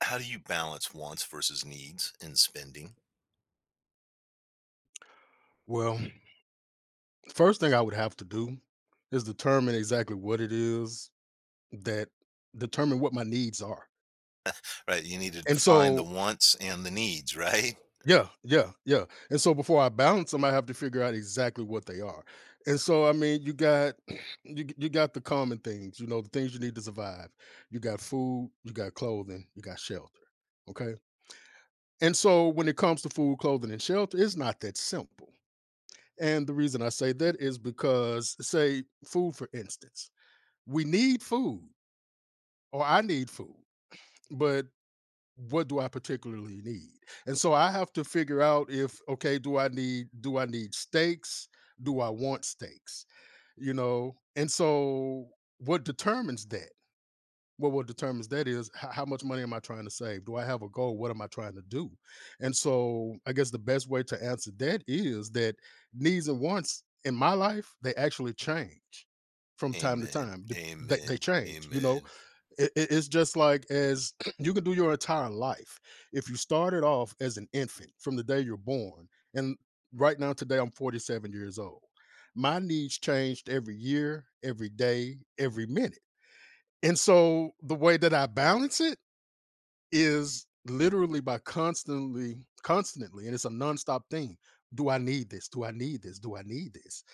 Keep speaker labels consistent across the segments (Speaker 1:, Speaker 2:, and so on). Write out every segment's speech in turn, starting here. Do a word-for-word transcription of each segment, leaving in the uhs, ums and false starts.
Speaker 1: How do you balance wants versus needs in spending?
Speaker 2: Well, first thing I would have to do is determine exactly what it is that determine what my needs are.
Speaker 1: Right, you need to
Speaker 2: And
Speaker 1: define the
Speaker 2: so,
Speaker 1: wants and the needs, right?
Speaker 2: yeah, yeah, yeah. And so before I balance them, I have to figure out exactly what they are. And so, I mean, you got you you got the common things, you know, the things you need to survive. You got food, you got clothing, you got shelter. Okay. And so when it comes to food, clothing, and shelter, it's not that simple. And the reason I say that is because, say, food, for instance, we need food or I need food, but what do I particularly need? And so I have to figure out if okay, do I need do I need steaks? Do I want steaks? You know, and so what determines that? Well, what determines that is how, how much money am I trying to save? Do I have a goal? What am I trying to do? And so I guess the best way to answer that is that needs and wants in my life, they actually change from time to
Speaker 1: Amen,
Speaker 2: time. Dep- They, they
Speaker 1: amen,
Speaker 2: change, you know,
Speaker 1: amen.
Speaker 2: it, it- it's just like as you can do your entire life if you started off as an infant from the day you're born. And right now today, I'm forty-seven years old. My needs changed every year, every day, every minute. And so the way that I balance it is literally by constantly, constantly, and it's a nonstop thing. Do I need this? Do I need this? Do I need this?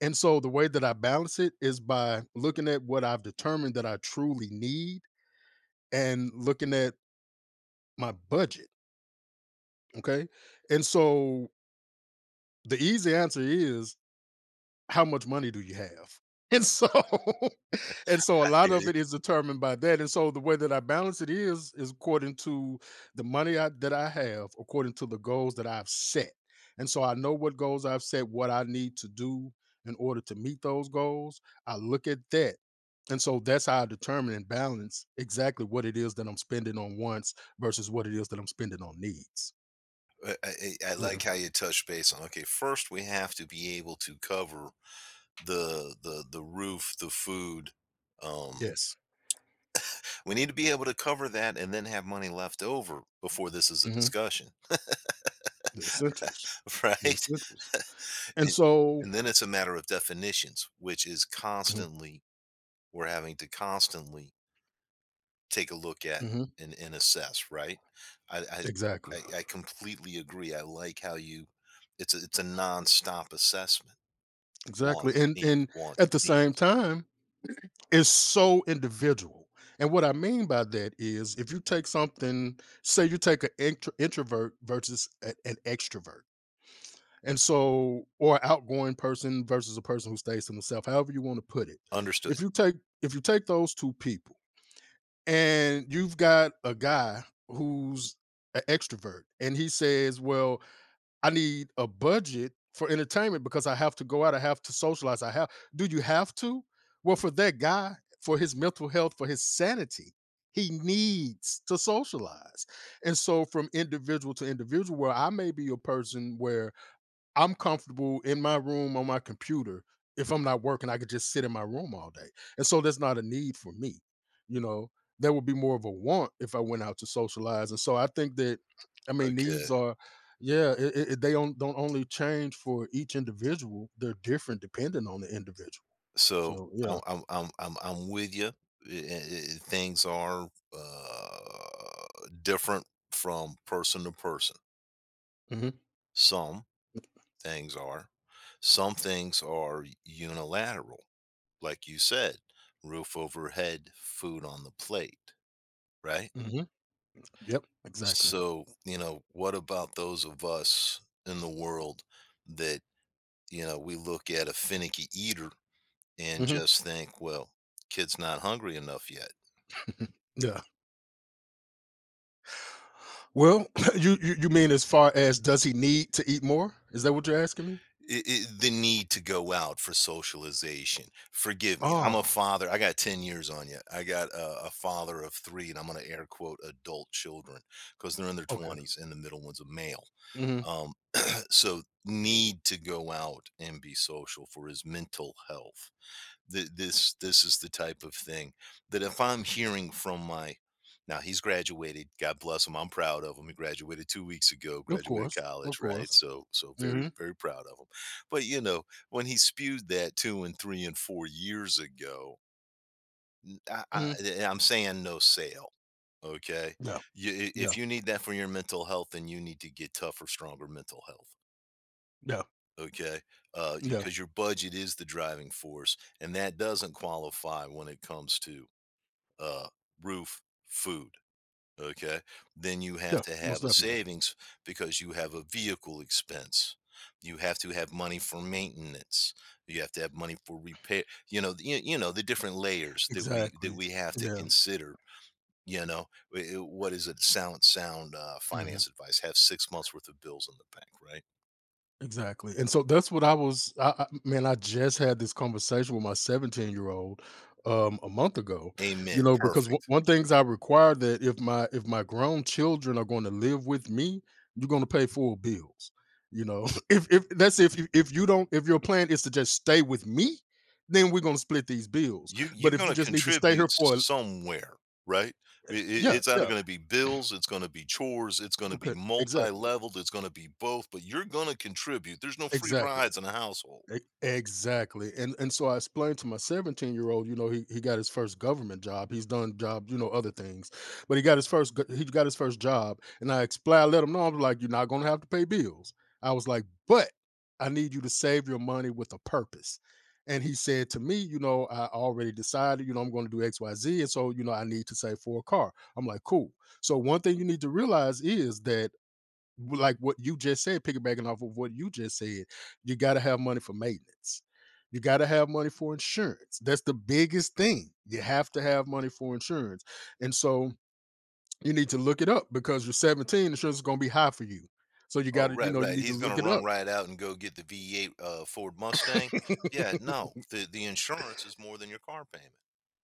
Speaker 2: And so the way that I balance it is by looking at what I've determined that I truly need and looking at my budget. Okay. And so the easy answer is, how much money do you have? And so and so a
Speaker 1: I
Speaker 2: lot
Speaker 1: hear
Speaker 2: of
Speaker 1: you.
Speaker 2: it is determined by that, and so the way that I balance it is is according to the money I that I have, according to the goals that I've set, and so I know what goals I've set, what I need to do in order to meet those goals. I look at that, and so that's how I determine and balance exactly what it is that I'm spending on wants versus what it is that I'm spending on needs.
Speaker 1: I I I
Speaker 2: Yeah.
Speaker 1: like how you touch base on, okay, first we have to be able to cover the the the roof, the food, um,
Speaker 2: Yes.
Speaker 1: we need to be able to cover that and then have money left over before this is a
Speaker 2: Mhm.
Speaker 1: discussion,
Speaker 2: The essentials. The
Speaker 1: right?
Speaker 2: essentials. And
Speaker 1: And
Speaker 2: so.
Speaker 1: and then it's a matter of definitions, which is constantly we're having to constantly take a look at,
Speaker 2: Mhm.
Speaker 1: and, and assess, right? I, I
Speaker 2: Exactly,
Speaker 1: I I completely agree. I like how you, it's a it's a non-stop assessment.
Speaker 2: exactly,
Speaker 1: Wants,
Speaker 2: and
Speaker 1: needs,
Speaker 2: and
Speaker 1: wants,
Speaker 2: at the same
Speaker 1: needs.
Speaker 2: time, it's so individual, and what I mean by that is if you take something. Say you take an intro introvert versus a an extrovert, and so or a outgoing person versus a person who stays to themselves, however you wanna put it.
Speaker 1: Understood.
Speaker 2: If you take if you take those two people, and you've got a guy who's an extrovert and he says, "Well, I need a budget for entertainment because I have to go out. I have to socialize. I have. Do you have to?" Well, for that guy, for his mental health, for his sanity, he needs to socialize. And so, from individual to individual, where I may be a person where I'm comfortable in my room on my computer. If I'm not working, I could just sit in my room all day. And so that's not a need for me. You know, there would be more of a want if I went out to socialize. And so I think that, I mean,
Speaker 1: Okay.
Speaker 2: needs are, yeah, it, it, they don't, don't only change for each individual, they're different depending on the individual.
Speaker 1: So
Speaker 2: So,
Speaker 1: I'm
Speaker 2: yeah.
Speaker 1: I'm I'm I'm, I'm with you. Things are uh, different from person to person.
Speaker 2: Hmm.
Speaker 1: Some things are. Some things are unilateral, like you said, roof over head, food on the plate, right?
Speaker 2: Hmm. Yep, exactly.
Speaker 1: So, you know, what about those of us in the world that, you know, we look at a finicky eater and
Speaker 2: Hmm.
Speaker 1: just think, well, kid's not hungry enough yet.
Speaker 2: Yeah. Well, you, you you mean as far as does he need to eat more? Is that what you're asking me?
Speaker 1: I I The need to go out for socialization. Forgive me. I'm a
Speaker 2: Oh,
Speaker 1: father. I got ten years on you. I got a, a father of three, and I'm going to air quote adult children because they're in their
Speaker 2: okay.
Speaker 1: twenties and the middle one's a male. Um, so need to go out and be social for his mental health. Th- This this is the type of thing that if I'm hearing from my, now he's graduated, God bless him. I'm proud of him. He graduated two weeks ago,
Speaker 2: Of
Speaker 1: graduated
Speaker 2: course,
Speaker 1: college,
Speaker 2: of
Speaker 1: right?
Speaker 2: course.
Speaker 1: So so very,
Speaker 2: Mhm,
Speaker 1: very proud of him. But you know, when he spewed that two and three and four years ago, n- I, I,
Speaker 2: mhm.
Speaker 1: am saying no sale. Okay.
Speaker 2: Yeah,
Speaker 1: You, i-
Speaker 2: yeah,
Speaker 1: if you need that for your mental health, then you need to get tougher, stronger mental health.
Speaker 2: yeah,
Speaker 1: Okay, uh, you
Speaker 2: yeah,
Speaker 1: 'cause your budget is the driving force, and that doesn't qualify when it comes to, uh, roof, food, okay? Then you have
Speaker 2: yeah,
Speaker 1: to have
Speaker 2: most
Speaker 1: a
Speaker 2: definitely.
Speaker 1: savings because you have a vehicle expense. You have to have money for maintenance. You have to have money for repair, you know, the- you you know, the different layers that we that
Speaker 2: Exactly.
Speaker 1: we have to
Speaker 2: Yeah,
Speaker 1: consider, you know? Eh eh, what is it? Sound sound, uh,
Speaker 2: mhm,
Speaker 1: finance advice: have six months worth of bills in the bank, right?
Speaker 2: exactly, and so that's what I was I I man, I just had this conversation with my seventeen-year-old, um, a month ago, you
Speaker 1: Amen,
Speaker 2: know, because one
Speaker 1: perfect.
Speaker 2: one things I require that if my if my grown children are gonna live with me, you're gonna pay full bills, you know? If if that's if you if you don't if your plan is to just stay with me, then we're gonna split these bills,
Speaker 1: You you're
Speaker 2: but if you
Speaker 1: gonna
Speaker 2: just need to stay
Speaker 1: contribute
Speaker 2: here for a.
Speaker 1: somewhere, right? I I
Speaker 2: Yeah,
Speaker 1: it's either
Speaker 2: yeah,
Speaker 1: gonna be bills, it's gonna be chores, it's gonna be
Speaker 2: okay, exactly,
Speaker 1: multi-leveled, it's gonna be both, but you're gonna contribute. There's no free
Speaker 2: exactly,
Speaker 1: rides in a household.
Speaker 2: e exactly, and and so I explained to my seventeen-year-old, you know, he he got his first government job, he's done job, you know, other things, but he got his first g he got his first job, and I expli I let him know, I'm like, "You're not gonna have to pay bills." I was like, "But I need you to save your money with a purpose," and he said to me, you know, "I already decided, you know, I'm gonna do X Y Z, and so, you know, I need to save for a car." I'm like, "Cool." So one thing you need to realize is that, w- like what you just said, piggybacking off of what you just said, you got to have money for maintenance. You got to have money for insurance. That's the biggest thing. You have to have money for insurance. And so you need to look it up because you're seventeen, insurance is going to be high for you. So you got
Speaker 1: Oh,
Speaker 2: to, you
Speaker 1: right,
Speaker 2: know, you
Speaker 1: right.
Speaker 2: need to
Speaker 1: He's
Speaker 2: look
Speaker 1: gonna
Speaker 2: it
Speaker 1: run
Speaker 2: up.
Speaker 1: right out and go get the V eight, uh, Ford Mustang. Yeah, no. The the insurance is more than your car payment.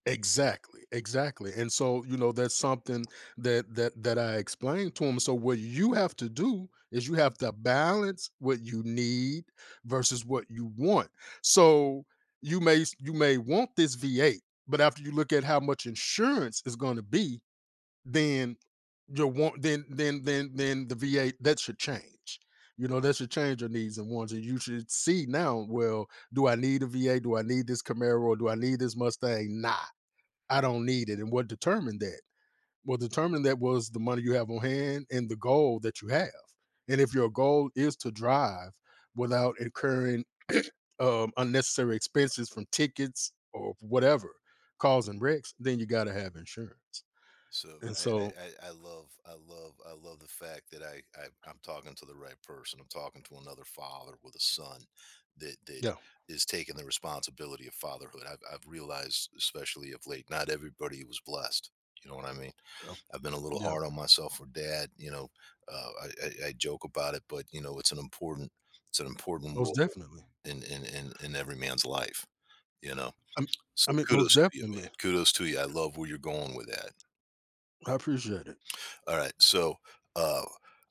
Speaker 2: Exactly, exactly. And so, you know, that's something that that that I explained to him. So what you have to do is you have to balance what you need versus what you want. So you may s- you may want this V eight, but after you look at how much insurance is going to be, then your want then then then then the V eight, that should change. You know, that should change your needs and wants. And you should see now, well, do I need a V eight? Do I need this Camaro? Or do I need this Mustang? Nah. I don't need it. And what determined that? What determined that was the money you have on hand and the goal that you have. And if your goal is to drive without incurring um, unnecessary expenses from tickets or whatever causing wrecks, then you got to have insurance.
Speaker 1: So
Speaker 2: And
Speaker 1: I
Speaker 2: so,
Speaker 1: I I I love I love I love the fact that I I I'm talking to the right person. I'm talking to another father with a son that that
Speaker 2: yeah,
Speaker 1: is taking the responsibility of fatherhood. I've I've realized, especially of late, not everybody was blessed. You know what I mean?
Speaker 2: yeah,
Speaker 1: I've been a little
Speaker 2: yeah,
Speaker 1: hard on myself for dad. You know, uh, I, I I joke about it, but you know, it's an important, it's an important
Speaker 2: most
Speaker 1: role
Speaker 2: definitely.
Speaker 1: in in in, in every man's life. You know,
Speaker 2: i I
Speaker 1: so
Speaker 2: mean, most
Speaker 1: kudos to you,
Speaker 2: definitely.
Speaker 1: man. Kudos to you. I love where you're going with that.
Speaker 2: I appreciate it.
Speaker 1: All right. So, uh,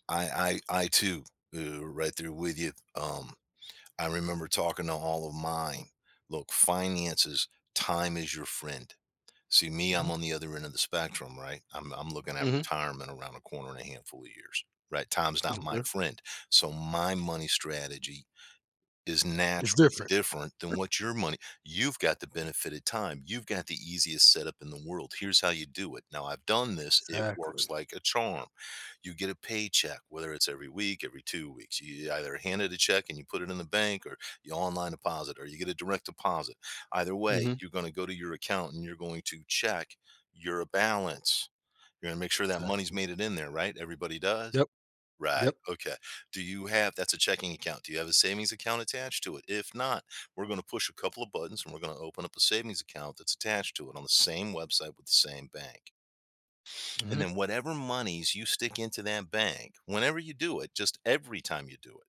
Speaker 1: I, I, I too, uh, right there with you. Um, I remember talking to all of mine. Look, finances, time is your friend. See, me, I'm on the other end of the spectrum, right? I'm, I'm looking at
Speaker 2: Mm-hmm.
Speaker 1: retirement around a corner in a handful of years, right? Time's not
Speaker 2: Mm-hmm,
Speaker 1: my
Speaker 2: okay.
Speaker 1: friend. So, my money strategy is
Speaker 2: It's
Speaker 1: naturally
Speaker 2: different.
Speaker 1: different than what your money. You've got the benefit of time. You've got the easiest setup in the world. Here's how you do it. Now, I've done this. It works
Speaker 2: Exactly.
Speaker 1: like a charm. You get a paycheck, whether it's every week, every two weeks. You either hand it a check and you put it in the bank, or you online deposit, or you get a direct deposit. Either way,
Speaker 2: Hmm.
Speaker 1: you're going to go to your account and you're going to check your balance. You're going to make sure that money's
Speaker 2: Exactly.
Speaker 1: made it in there, right? Everybody does.
Speaker 2: Yep.
Speaker 1: Right,
Speaker 2: Yep.
Speaker 1: okay. Do you have, that's a checking account, do you have a savings account attached to it? If not, we're gonna push a couple of buttons, and we're gonna open up a savings account that's attached to it on the same website with the same bank. And
Speaker 2: Hmm.
Speaker 1: then whatever monies you stick into that bank, whenever you do it, just every time you do it,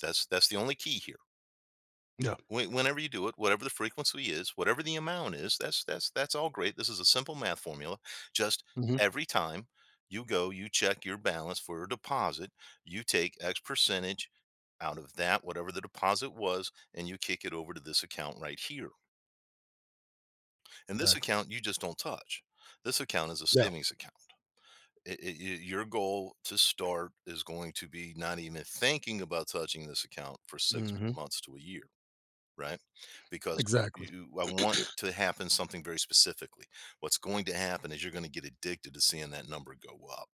Speaker 1: that's that's the only key here.
Speaker 2: Yeah.
Speaker 1: Whe whenever you do it, whatever the frequency is, whatever the amount is, that's that's that's all great. This is a simple math formula. Just
Speaker 2: Hmm.
Speaker 1: every time you go, you check your balance for a deposit, you take X percentage out of that, whatever the deposit was, and you kick it over to this account right here. And this
Speaker 2: Exactly.
Speaker 1: account you just don't touch. This account is a
Speaker 2: Yeah.
Speaker 1: savings account. It, it, y- your goal to start is going to be not even thinking about touching this account for six
Speaker 2: Mhm.
Speaker 1: months to a year, right? Because
Speaker 2: Exactly.
Speaker 1: you, I want to happen something very specifically. What's going to happen is you're going to get addicted to seeing that number go up.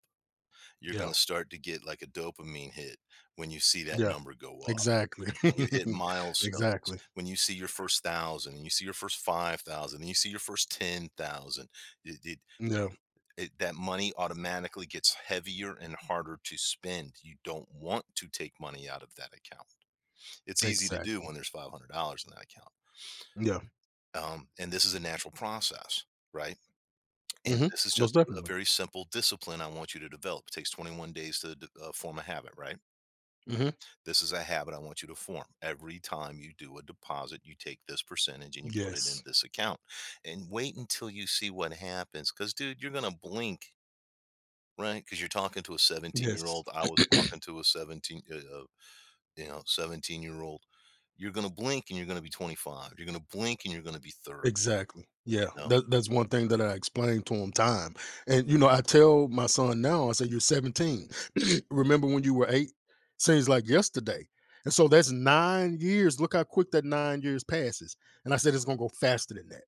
Speaker 1: You're going
Speaker 2: Yeah.
Speaker 1: to start to get like a dopamine hit when you see that
Speaker 2: Yeah.
Speaker 1: number go up.
Speaker 2: Exactly.
Speaker 1: When you hit milestones,
Speaker 2: Exactly.
Speaker 1: when you see your first thousand, and you see your first five thousand, and you see your first ten thousand, it, it,
Speaker 2: Yeah.
Speaker 1: it, that money automatically gets heavier and harder to spend. You don't want to take money out of that account. It's easy to do
Speaker 2: Exactly.
Speaker 1: when there's five hundred dollars in that account.
Speaker 2: Yeah.
Speaker 1: Um, and this is a natural process, right? And
Speaker 2: Mhm.
Speaker 1: this is
Speaker 2: Most
Speaker 1: just a, a
Speaker 2: definitely.
Speaker 1: very simple discipline I want you to develop. It takes twenty-one days to d- uh, form a habit, right?
Speaker 2: Mhm.
Speaker 1: This is a habit I want you to form. Every time you do a deposit, you take this percentage and you put it in
Speaker 2: Yes.
Speaker 1: this account and wait until you see what happens. Because, dude, you're going to blink, right? Because you're talking to a 17 year
Speaker 2: Yes.
Speaker 1: old. I was talking to a seventeen, uh, uh, you know, seventeen year old. You're going to blink and you're going to be twenty-five. You're going to blink and you're going to be thirty,
Speaker 2: Exactly. Yeah.
Speaker 1: you know?
Speaker 2: That that's one thing that I explained to him, time. And you know, I tell my son now, I say, "You're seventeen. Remember when you were eight? Seems like yesterday." And so that's nine years. Look how quick that nine years passes. And I said it's gonna go faster than that.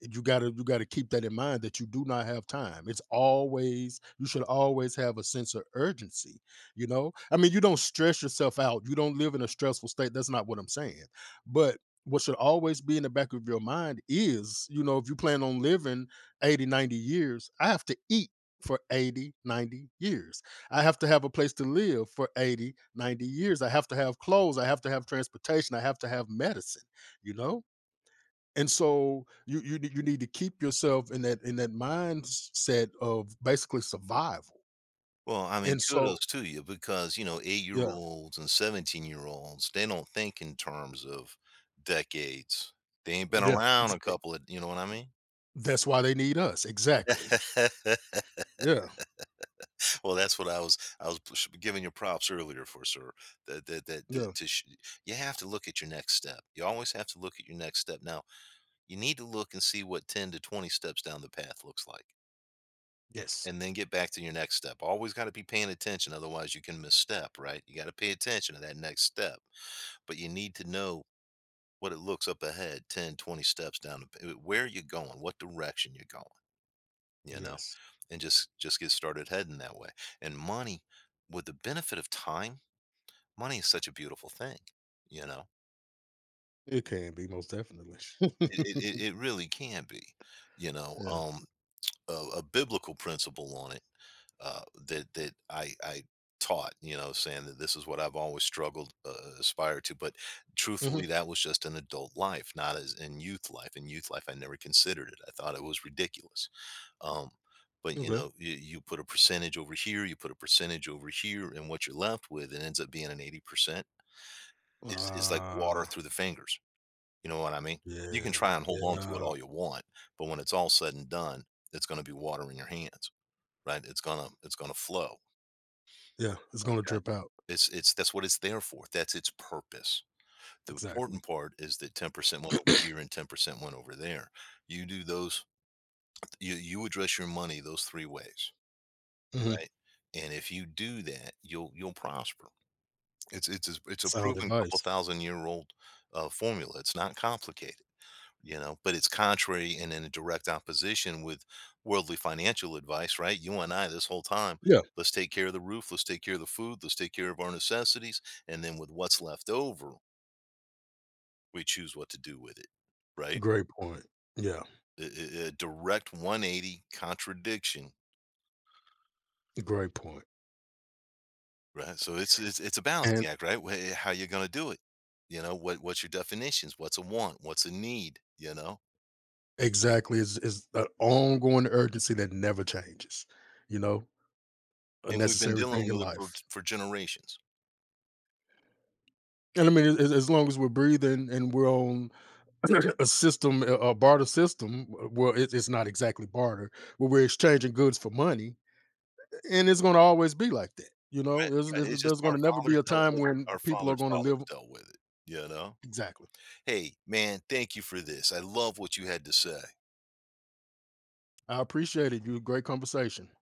Speaker 2: you gotta you gotta keep that in mind that you do not have time. It's always you should always have a sense of urgency. You know, I mean, you don't stress yourself out. You don't live in a stressful state. That's not what I'm saying. But what should always be in the back of your mind is, you know, if you plan on living eighty, ninety years, I have to eat for eighty, ninety years. I have to have a place to live for eighty, ninety years. I have to have clothes. I have to have transportation. I have to have medicine, you know? And so you you you need to keep yourself in that, in that mindset of basically survival.
Speaker 1: Well, I mean,
Speaker 2: And so
Speaker 1: kudos to you because, you know,
Speaker 2: yeah,
Speaker 1: eight-year-olds and seventeen-year-olds, they don't think in terms of decades. They ain't been, mhm,
Speaker 2: yeah,
Speaker 1: around
Speaker 2: ex-
Speaker 1: a couple of, you know what I mean?
Speaker 2: that's why they need us, exactly. Yeah,
Speaker 1: Well, that's what I was I was push giving you props earlier for, sir. That that that
Speaker 2: yeah,
Speaker 1: that to sh You have to look at your next step. You always have to look at your next step. Now, you need to look and see what ten to twenty steps down the path looks like,
Speaker 2: yes,
Speaker 1: and then get back to your next step. Always gotta be paying attention, otherwise you can misstep, right? You gotta pay attention to that next step. But you need to know what it looks up ahead, ten, twenty steps down, the, uh, where you're going, what direction you're going, you know,
Speaker 2: yes,
Speaker 1: and just just get started heading that way. And money, with the benefit of time, money is such a beautiful thing, you know.
Speaker 2: it can be, most definitely.
Speaker 1: it it, it it really can be, you know,
Speaker 2: Yeah.
Speaker 1: um a, a biblical principle on it, uh, that that I I taught. You know, saying, that this is what I've always struggled, uh, aspire to. But truthfully,
Speaker 2: Hmm.
Speaker 1: that was just an adult life, not as in youth life. In youth life, I never considered it. I thought it was ridiculous. Um, but you
Speaker 2: Okay.
Speaker 1: know, you, you put a percentage over here, you put a percentage over here, and what you're left with, it ends up being an eighty percent. It's is like water
Speaker 2: Ah,
Speaker 1: through the fingers. You know what I mean? You can
Speaker 2: yeah,
Speaker 1: try and hold on to it
Speaker 2: yeah,
Speaker 1: all you want, but when it's all said and done, it's going to be water in your hands, right? It's gonna it's gonna flow,
Speaker 2: yeah. It's gonna
Speaker 1: okay?
Speaker 2: drip out,
Speaker 1: It's it's that's what it's there for. That's its purpose. The
Speaker 2: exactly.
Speaker 1: important part is that ten percent went over here and ten percent went over there. You do those you you address your money those three ways,
Speaker 2: Hmm.
Speaker 1: right? And if you do that, you'll you'll prosper. It's it's a it's a
Speaker 2: Sound
Speaker 1: proven couple
Speaker 2: advice.
Speaker 1: thousand year old, uh, formula. It's not complicated. You know, but it's contrary and in a direct opposition with worldly financial advice, right? You and I, this whole time,
Speaker 2: Yeah,
Speaker 1: let's take care of the roof, let's take care of the food, let's take care of our necessities, and then with what's left over, we choose what to do with it, right?
Speaker 2: great point. Yeah,
Speaker 1: A, a- a direct one eighty contradiction,
Speaker 2: great point.
Speaker 1: right? So it's it's, it's a balancing
Speaker 2: And
Speaker 1: act, right? Wh- how you are going to do it, you know, what what's your definitions, what's a want, what's a need, you know?
Speaker 2: Exactly, it's it's an ongoing urgency that never changes, you know, a
Speaker 1: And we've been
Speaker 2: necessary thing
Speaker 1: dealing
Speaker 2: in
Speaker 1: with it for
Speaker 2: life,
Speaker 1: for generations.
Speaker 2: and I mean, as as long as we're breathing and we're on a system, a a barter system, w well, it's it's not exactly barter, but we're exchanging goods for money, and it's gonna always be like that, you
Speaker 1: Right,
Speaker 2: know, there's
Speaker 1: right,
Speaker 2: there's
Speaker 1: it's just
Speaker 2: there's
Speaker 1: our
Speaker 2: gonna never
Speaker 1: fathers
Speaker 2: be a
Speaker 1: dealt
Speaker 2: time
Speaker 1: with it,
Speaker 2: when
Speaker 1: our
Speaker 2: people are
Speaker 1: fathers'
Speaker 2: gonna
Speaker 1: fathers
Speaker 2: live.
Speaker 1: dealt with it, you know?
Speaker 2: Exactly.
Speaker 1: Hey, man, thank you for this, I love what you had to say.
Speaker 2: I appreciate it. You Great conversation.